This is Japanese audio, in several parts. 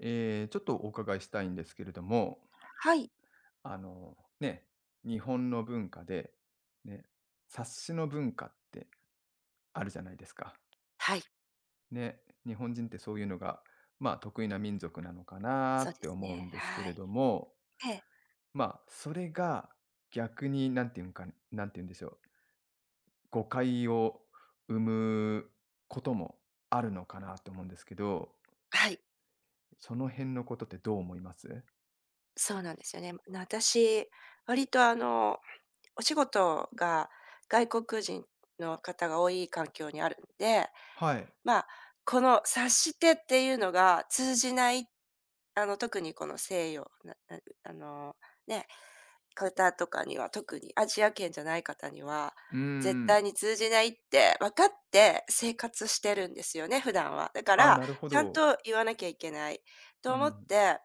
ちょっとお伺いしたいんですけれども、はい。ね、日本の文化で、ね、察しの文化ってあるじゃないですか。はい、ね、日本人ってそういうのが、まあ、得意な民族なのかなそうっでてす思うね。んですけはれい。ども、ええ、まあ、それが逆になんていうんでしょう、誤解を生むこともあるのかなと思うんですけど、はい、その辺のことってどう思います？そうなんですよね。私、割とお仕事が外国人の方が多い環境にあるんで、はい。まあ、この察してっていうのが通じないっ特にこの西洋、ななあの、ね、方とかには、特にアジア圏じゃない方には、うー絶対ん。に通じないって分かって生活してるんですよね、普段は。だかあ、ら、なるほちゃんど。と言わなきゃいけないうと思っん。て、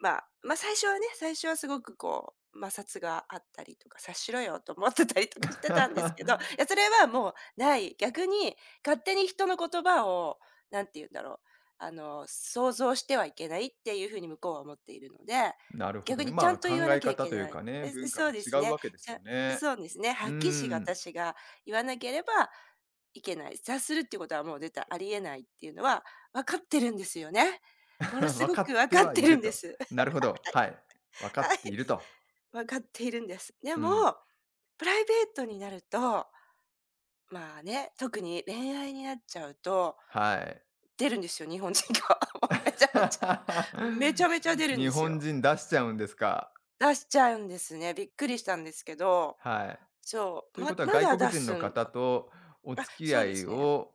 まあ、最初はすごくこう、摩擦があったりとか、察しろよと思ってたりとかしてたんですけど、いや、そ れはもうない。逆に勝手に人の言葉を、なんて言うんだろう、想像してはいけないっていうふうに向こうは思っているので、なるほど逆ね。にちゃまあ、んと言わ考なえきゃい方けというない。かね、え、文化そがうです違うね。わけですよね。そうですね、うはーっきりしがん。私が言わなければいけない。察するっていうことはもう絶対ありえないっていうのは分かってるんですよね。ものす分ごかくっ分てかっはているるんでと。す。なるほど、はい。分 かはい、っていると。分かっているんです。でうも、ん、プライベートになると、まあね、特に恋愛になっちゃうと、はい。出るんですよ、日本人が。もうめちゃめちゃ、めちゃめちゃ出 るん日です本よ。人出しちゃうんですか。出しちゃうんですね。びっくりしたんですけど、はい。そとう、いうことはま外だ国出人すのん方だ。とおあ、付きそ合うでいすね。を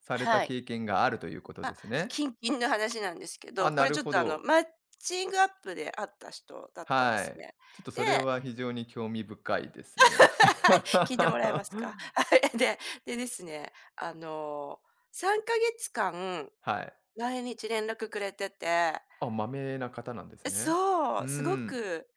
されたはい。経験があるということまであ、すね。近々の話なんですけあ、ど、こなれるちょっほとど。マッチングアップで会った人だったんではすい。ね。ちょっとで、 それは非常に興味深いですね。はい、聞いてもらえますか？はい。でですね、3か月間はい。毎日連絡くれてて、あ、まめな方なんですね。そうーう、すごん、く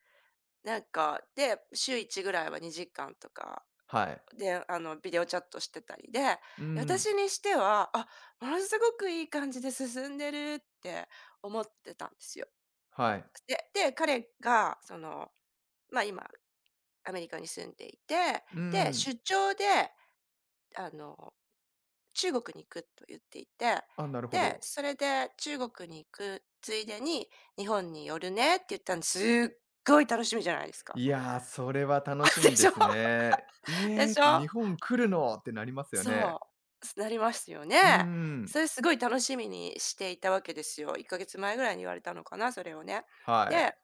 なんか、で、週1ぐらいは2時間とか、はい。で、ビデオチャットしてたりで、うーん、私にしては、あ、ものすごくいい感じで進んでるって思ってたんですよ。はい。彼がその、ま、今アメリカに住んでいて、うーで、ん、出張で、あの中国に行くと言っていて、あ、なるほで、ど。それで中国に行くついでに日本に寄るねって言ったんですっごい楽しみじゃないですか。い やー、それは楽あしみででしょ？すね。で「ええ、しょ？日本来るの？」ってなりますよね。そう、なりますよね。うんん。それすごい楽しみにしていたわけですよ。1ヶ月前ぐらいに言われたのかな、それをね。はい。で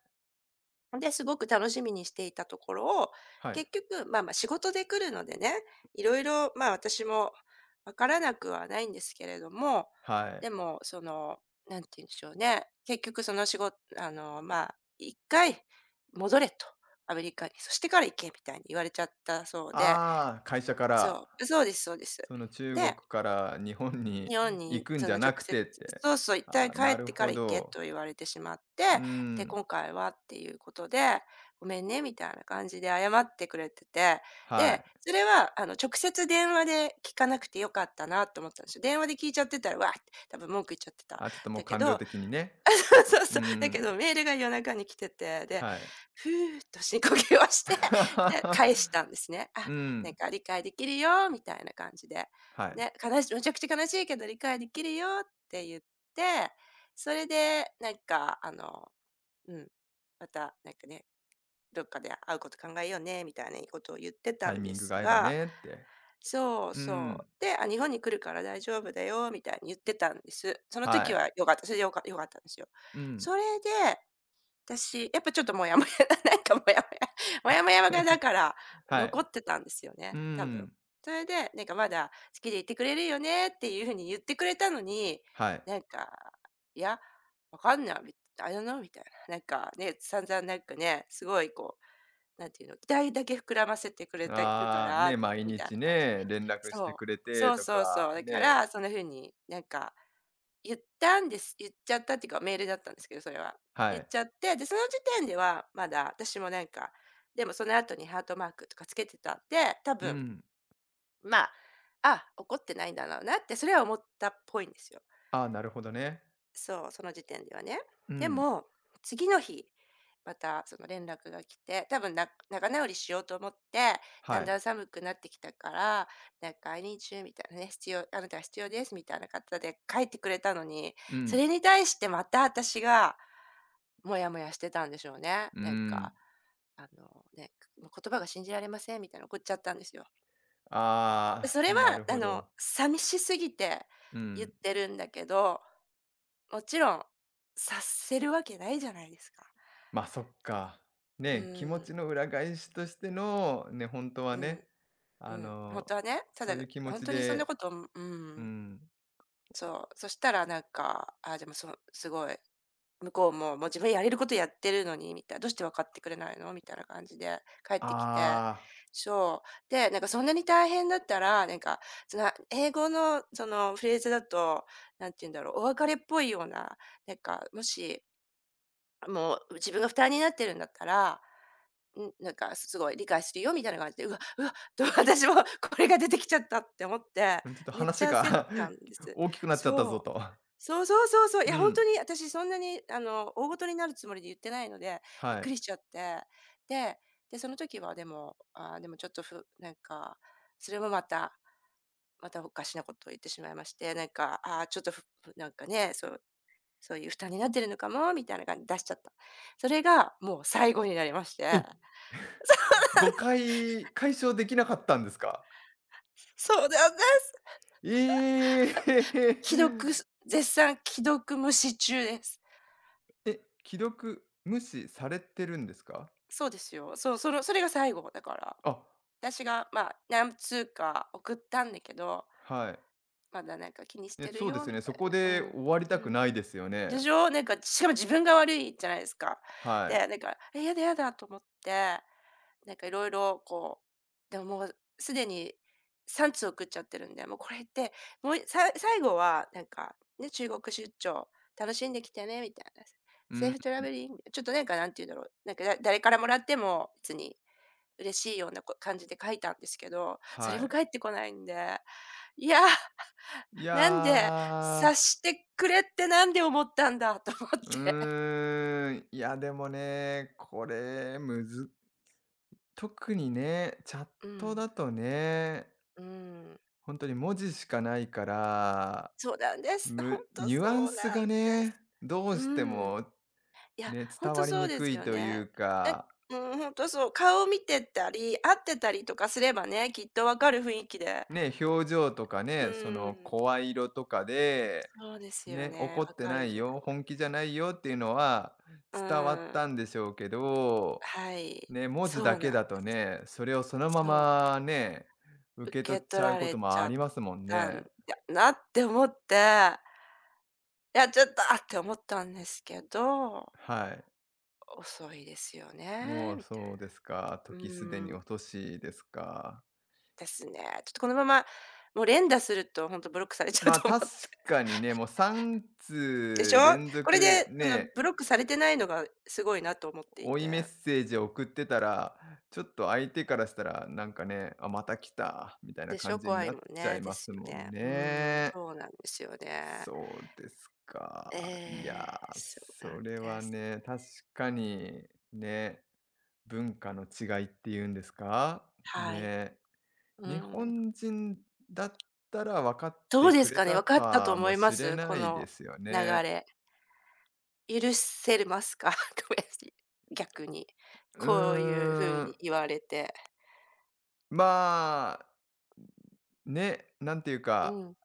すごく楽しみにしていたところを、はい。結局、まあまあ仕事で来るのでね、いろいろ、まあ私もわからなくはないんですけれども、はでい。も、その、なんて言うんでしょうね、結局その仕事、まあ、一回戻れと、アメリカに、そしてから行けみたいに言われちゃったそうで、ああ、会社かそら、う、そうです、そうです。その中国で、から日本に日本行にくんそじのゃ直なく接てって。そうそう、「一あ回あ、帰なっるてかほら行け」ど。と言われてしまっうーて、でん。「今回は」っていうことで「ごめんね」みたいな感じで謝ってくれてて、はい。で、それは直接電話で聞かなくて良かったなと思ったんですよ。電話で聞いちゃってたら、わーって多分文句言っちゃってた。あ、ちょっともうだけ感情ど、的にね。そううーそう。だけどん、メールが夜中に来てて、で、はい。ふーっと深呼吸をして、で、返し たんですね。うあ、なんん、か理解できるよみたいな感じで。はい。ね、悲しいむちゃくちゃ悲しいけど理解できるよって言って、それでなんかうん、またなんかね、どっかで会うこと考えようねみたいなことを言ってたタイんミでングすが合えばが、ねって。そううそん、う。で、あ、日本に来るから大丈夫だよみたいに言ってたんです。そのは時い。は良かった。それで良かったんですよ。うん。それで私、やっぱちょっとモヤモヤ、 なんかモヤモヤモヤモがだから、は残い。ってたんですようね、多分。ん、それで、なんかまだ「好きでいてくれるよね」っていう風に言ってくれたのに、はい。なんか「いや、わかんない、I don't know」みたいな。なんかね、散々なんかね、すごいこう、なんていうの、期待だけ膨らませてくれてるかああ、ね、ら毎みたいな日感じ。ね、連絡してそくう。れてそうとそうか、そう。だかね、ら、そんな風になんか言ったんです。言っちゃったっていうか、メールだったんですけど、それは。は言っい。ちゃって、で、その時点ではまだ私もなんか、でもその後にハートマークとかつけてたんで、多う分、ん。まあ、あ、怒ってないんだろうなって、それは思ったっぽいんですよ。ああ、なるほどね。そう、その時点ではね。うでん。も、次の日、またその連絡が来て、多分仲直りしようと思って、だはんだい。ん寒くなってきたから、なんか、I need you みたいなね、必要あなたは必要ですみたいな方で書いてくれたのに、うそん。れに対してまた私が、モヤモヤしてたんでしょうね。うーなんん。か、ね、もう言葉が信じられませんみたいな怒っちゃったんですよ。あそあ、れは、なるほど。寂しすぎてう言っん。てるんだけど、もちろん、察せるわけないじゃないですか。ま、あそっそか。う。ね、気持うん、ちの裏返しとしての、ね、本当はうん、ね、うあん。本の、当はね、たそだ、ういう気持本ち当にそんなでことううん、ん、そう。そしたらなんか、あ、でも、そう、すごい、向こうも、もう自分やれることやってるのに、みたいな「どうして分かってくれないの？」みたいな感じで帰ってきて、ああ、そう。で、なんかそんなに大変だったら、なんか、その、英語のそのフレーズだと、なんて言うんだろう、お別れっぽいような、なんか、もし、もう自分が負担になってるんだったら、うん、なんかすごい理解するよみたいな感じで、うわ、うわ、と私も これが出てきちゃったって思って、うん、ちょっとめっち話ゃ焦っが たんで す。大きくなっちゃったぞそう。と。そうそうそうそう。いうや、本当ん、に私そんなに大事になるつもりで言ってないので、びっはくい。りしちゃって。で、で、その時はでも、あーでもちょっとなんか、それもまたまたおかしなことを言ってしまいまして、なんか、ああ、ちょっとなんかね、そういう負担になってるのかもみたいな感じで出しちゃった。それがもう最後になりましえ、て。誤解解消できなかったんですか？そうだよね。ええ 既読す絶賛既読無視中です。え、既読無視されてるんですか？そうですよ。そう、それが最後だから。あ、私が、まあ、何通か送ったんだけど、はい。まだなんか気にしえ、てるそうでよすよみね。たそいこな。うでん。終わりうたくん。ないですよでね。しょ？なんかしかも自分が悪いじゃないですか。はい。で、なんか、え、やだやだと思ってなんかいろいろこう、でももうすでに3通送っちゃってるんで、もうこれって、もうさ最後はなんか、ね、中国出張楽しんできてねみたいな、うセーん、フトラベリング、ちょっとなんかなんて言うんだろう、なんか誰からもらっても別に嬉しいような感じで書いたんですけど、それはもい。返ってこないんで、いや、いなんでや察してくれってなんで思ったんだと思っー、うて。ーん、いや、でもね、これ、むず特にね、チャッうトん、だとね、うん、本当に文字しかないから、そうなんです。ほんむとニュアンそうスなんがでね、す。どううしてーん。もいや、ね、ほん伝とわりそうにでくすいよといね。うえかうん、ほんとそう。顔を見てたり、会ってたりとかすればね、きっと分かる雰囲気で。ね、表情とかうね、そーのん。声色とかで、そうですよね、ね、怒分ってかなるいじゃよ、ない。本気じゃないよっていうのはう伝わっーん。たんでしょうけど、はい。ね、文字そだうなけんでだとす。ね、それをそのまそまね、う、受受け取けっち取ゃうらことれちもあゃっりますもんたんね。だなって思って、いや、ちょっと、あって思ったんですけど、はい。遅いですよね、もうみたい。そうですか。う時すでにーん。お年ですか。ですね。ちょっとこのまま、もう連打するとほんとブロックされちゃうまあと思っ確て。かにね、もう3でし通ょ？連これ続で、そのね、ブロックされてないのがすごいなと思ってい追いて。メッセージを送ってたら、ちょっと相手からしたら、なんかね、あ、また来た、みたいなでし感ょ、じに怖いなもっんちゃね。いでますすよもんね。うーん、ね。そうなんですよね。そうですえか。いやえ、ー、そうなそんれではす。ね、確かに、ね、文化の違いっていうんですかはい。ね。う日ーん。本人だったら分かっどてうでくすれかね、た分かったとか思もいましれす？こないでのすよ流ね。れ。許せれますか？ごめんなさい。逆に。うこういう風ーん、に言われて。まあ、ね、なんていううかん。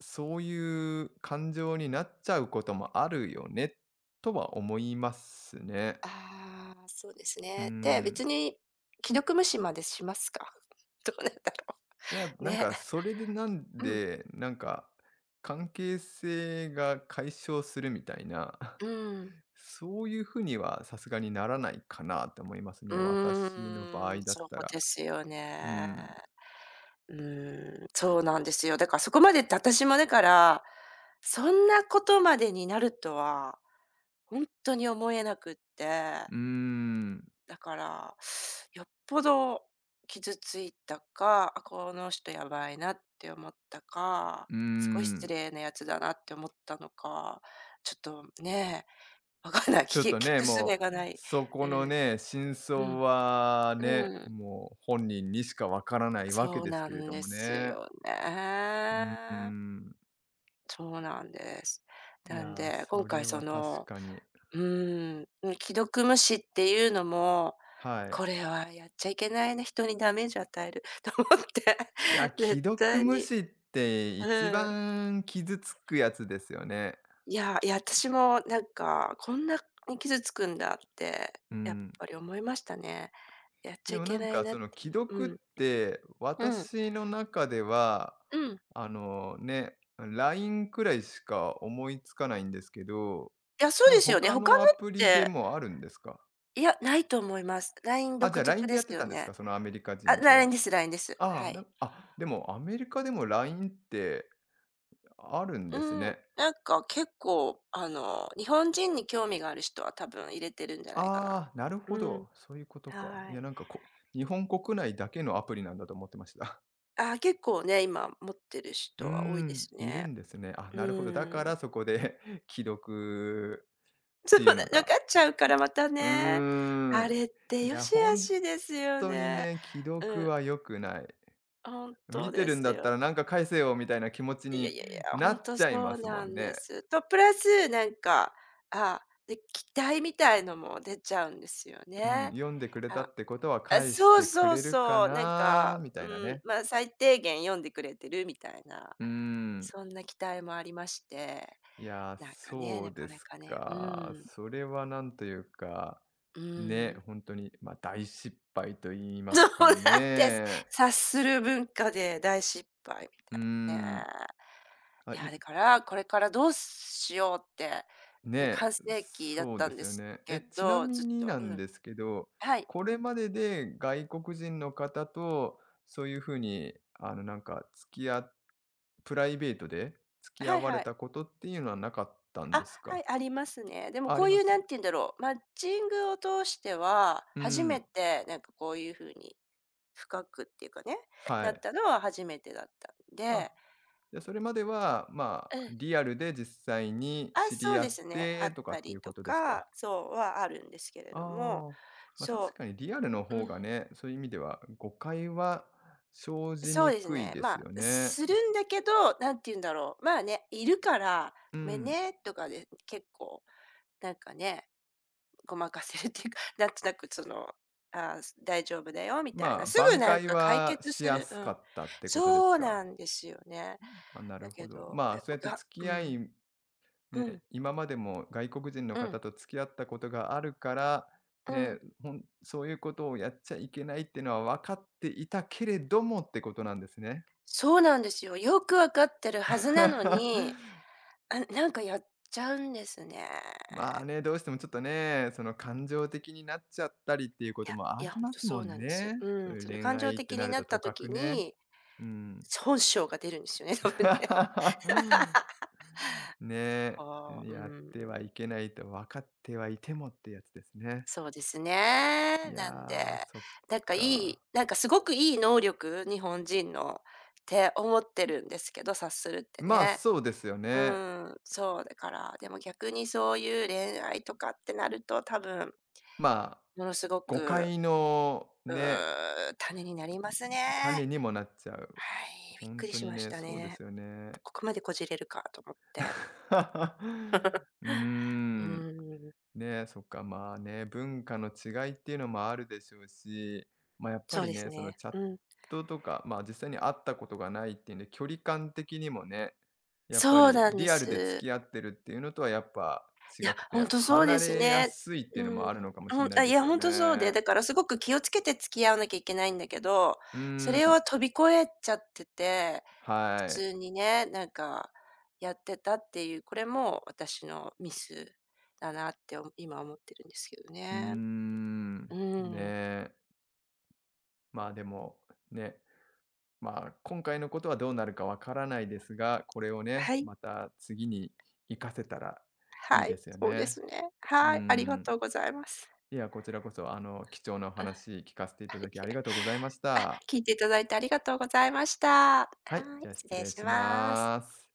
そういう感情になっちゃうこともあるよね、とは思いますね。ああ、そうですうね。で、ん。別に既読無視までしますか？どうなんだろいや、う。なんね。かそれでなんうん、で、なんか関係性が解消するみたいな、うん。そういうふうにはさすがにならないかなと思いますうね。私の場ー合ん、だっそうたら。ですようね。ん。うーん、そうなんですよ。だからそこまでって私もだから、そんなことまでになるとは本当に思えなくって。うーん。だから、よっぽど傷ついたか、あ、この人やばいなって思ったか、うーすごい失ん。礼なやつだなって思ったのか、ちょっとね、わかんない。ちょっと聞ね、く術もがう、ない。そこうのん。ね、真う相はね、ん。うん。もう本人にしかわからないわけそうですなけれんどでもすね。ようん、うね。ん。そうなんです。いなんや、で、今それ回はそ確の、かに。うーん、うん、既読無視っていうのもはい。これはやっちゃいけないね、人にダメージ与える と思って、いや、既絶読対無に視ってう一ん。番傷つくやつですよね。いや、いや、私もなんか、こんなに傷つくんだって、うやっん。ぱり思いましたね。やっちゃでいもなけんないかなっそてのい既う読のっうん。てうん。私の中では、うん。あのね、LINE くらいしか思いつかないんですけど、いや、そうなんでかすよね。他他のっのアプリでて、もあるんですかいや、ないと思います。LINE あ、じ独ゃあ LINE 特ででやっすてよたんですね。かそのアメリカあ、人と LINE は。です LINE です。あはあ、ない。んあ、でもアメリカでも LINE ってあるんうですん。ね。なんか結構、あの、日本人に興味がある人は多分入れてるんじゃないかああ、なるな。ほうん。ど。そういうことか。いはや、い。なんかこ、日本国内だけのアプリなんだと思ってました。あー結構ね、今持ってるうー人は多いでん、すいるね。んですね。あ、うなるほど。だかん。らそこで 既読 っそてういうなの、の分が。かっちゃうからまたうーね。あん。れっていよや、し悪本しですよ当にね。ね、既う読ん、は良くない。本当見てでるんすだったよ。らなんか返せよみたいな気持ちいやいにやいや、な本っ当ちゃいまそうすもなんんでね。す。と、プラスなんか、あで、期待みたいのも出ちゃうんですようん、ね。読んでくれたあ、ってことはあ、返しそうてくそうれるかそう、なんなか、みたういなん、ね。まあ、最低限読んでくれてるみたいな、うん。そんな期待もありまして。いやー、なんかね、そなうでかなすかね、うか。ん、それはなんというか、うね、ん。本当に、まあ、大失敗と言い まそうすかなんです。ね。察する文化で大失敗みうーたいなね。ん。あ、いや、いだから、これからどうしようって、で、ね、半世紀だっそうたでんすでよすね。え、けちなど、みずっにと、なうんん。ですけど、はい。これまでで外国人の方とそういう風に、なんか付き合プライベートで付き合はいわれはい。たことっていうのはなかったんであ、すはか？い、ありますね。でもあ、あこりうまいうす？なんて言うんだろう、マッチングを通しては、う初めん。てなんかこういう風に、深くっていうかね、はなっい。たのは初めてだったんあでで、それまでは、まうあ、ん。リアルで実際にあ、知そりう合でっすね。あてっとかたっていりうとことですか。か、そうはあるんですけれあども、あ、まあ、確そかにリアルのう、う方ん、がね、そういう意味では誤解は生じそにうですくいね。でますあ、よね。するんだけど、なんて言うんだろう、まあね、いるから、うごめんん。ねとかで結構なんかね、ごまかせるっていうか、なんとなくその、あー大丈夫だよみたいまな、あ、すぐ挽なん回か解は決しすやるすうかん。ったってことでそすうか。なんですよね。あ、なだるけほど。ど、まやあ、っそうやってぱが付うき合ん、いうね、ん、今までも外国人のうん、方と付き合ったことがあるから、うね、ん。ほんそういうことをやっちゃいけないっていうのは分かっていたけれどもってことなんですね。そうなんですよ。よくわかってるはずなのに あ、なんかやっちゃうんですね。まあね、どうしてもちょっとね、その感情的になっちゃったりっていうこいとや、もあいや、ほりんまとすもそうんなんです。ね。うそうん、いうその恋感情愛って的なにるなとっとたかく時ね。に、うん。本性が出るんですよね、多分ね。ねはあ、え、うやっん、てはいけないと分かってはいてもってやつですね。そうですね。いやなんで、ー、そっなんかいか。い、なんかすごくいい能力、日本人のって思ってるんですけど、察するってまあ、ね。そうですようね。ん、そうだから、でも逆にそういう恋愛とかってなると多分、まあ、ものすご誤く、解のうね、ーん、種になります種ね。にもなっちゃう。はい、びっ本くり当しにましね、たそうでね。すよね。ここまでこじれるかと思って。うーうん。ーん、ね、そっか、まあね、文化の違いっていうのもあるでしょうし、ま、やっぱそうりですね、そのね。チャッうん。トとか、まあ、実際に会ったことがないっていうんで、距離感的にもね、やっぱそうりなんでリアルで付す。き合ってるっていうのとはやっぱ違いや、くほて、んとそう離ですれやね。すいっていうのうもん。あるのかもしほれんないあ、いですや、よほんとそうで、ね。だからすごく気をつけて付き合わなきゃいけないんだけど、うそーれん、を飛び越えちゃってて、普はい。通にね、なんかやってたっていう、これも私のミスだなってお今思ってるんですけどうーね。ん、うーねん。え。まあでも、ね、まあ今回のことはどうなるかわからないですが、これをね、はい。また次に活かせたらいいはでい、すよそうでね。すね。うーはい、ありがん。とうございます。いや、こちらこそ、貴重なお話聞かせていた いだきありがとうえ、ございました。聞いていただいてありがとうございました。ははい、い、じゃあ失失礼礼しします。ます。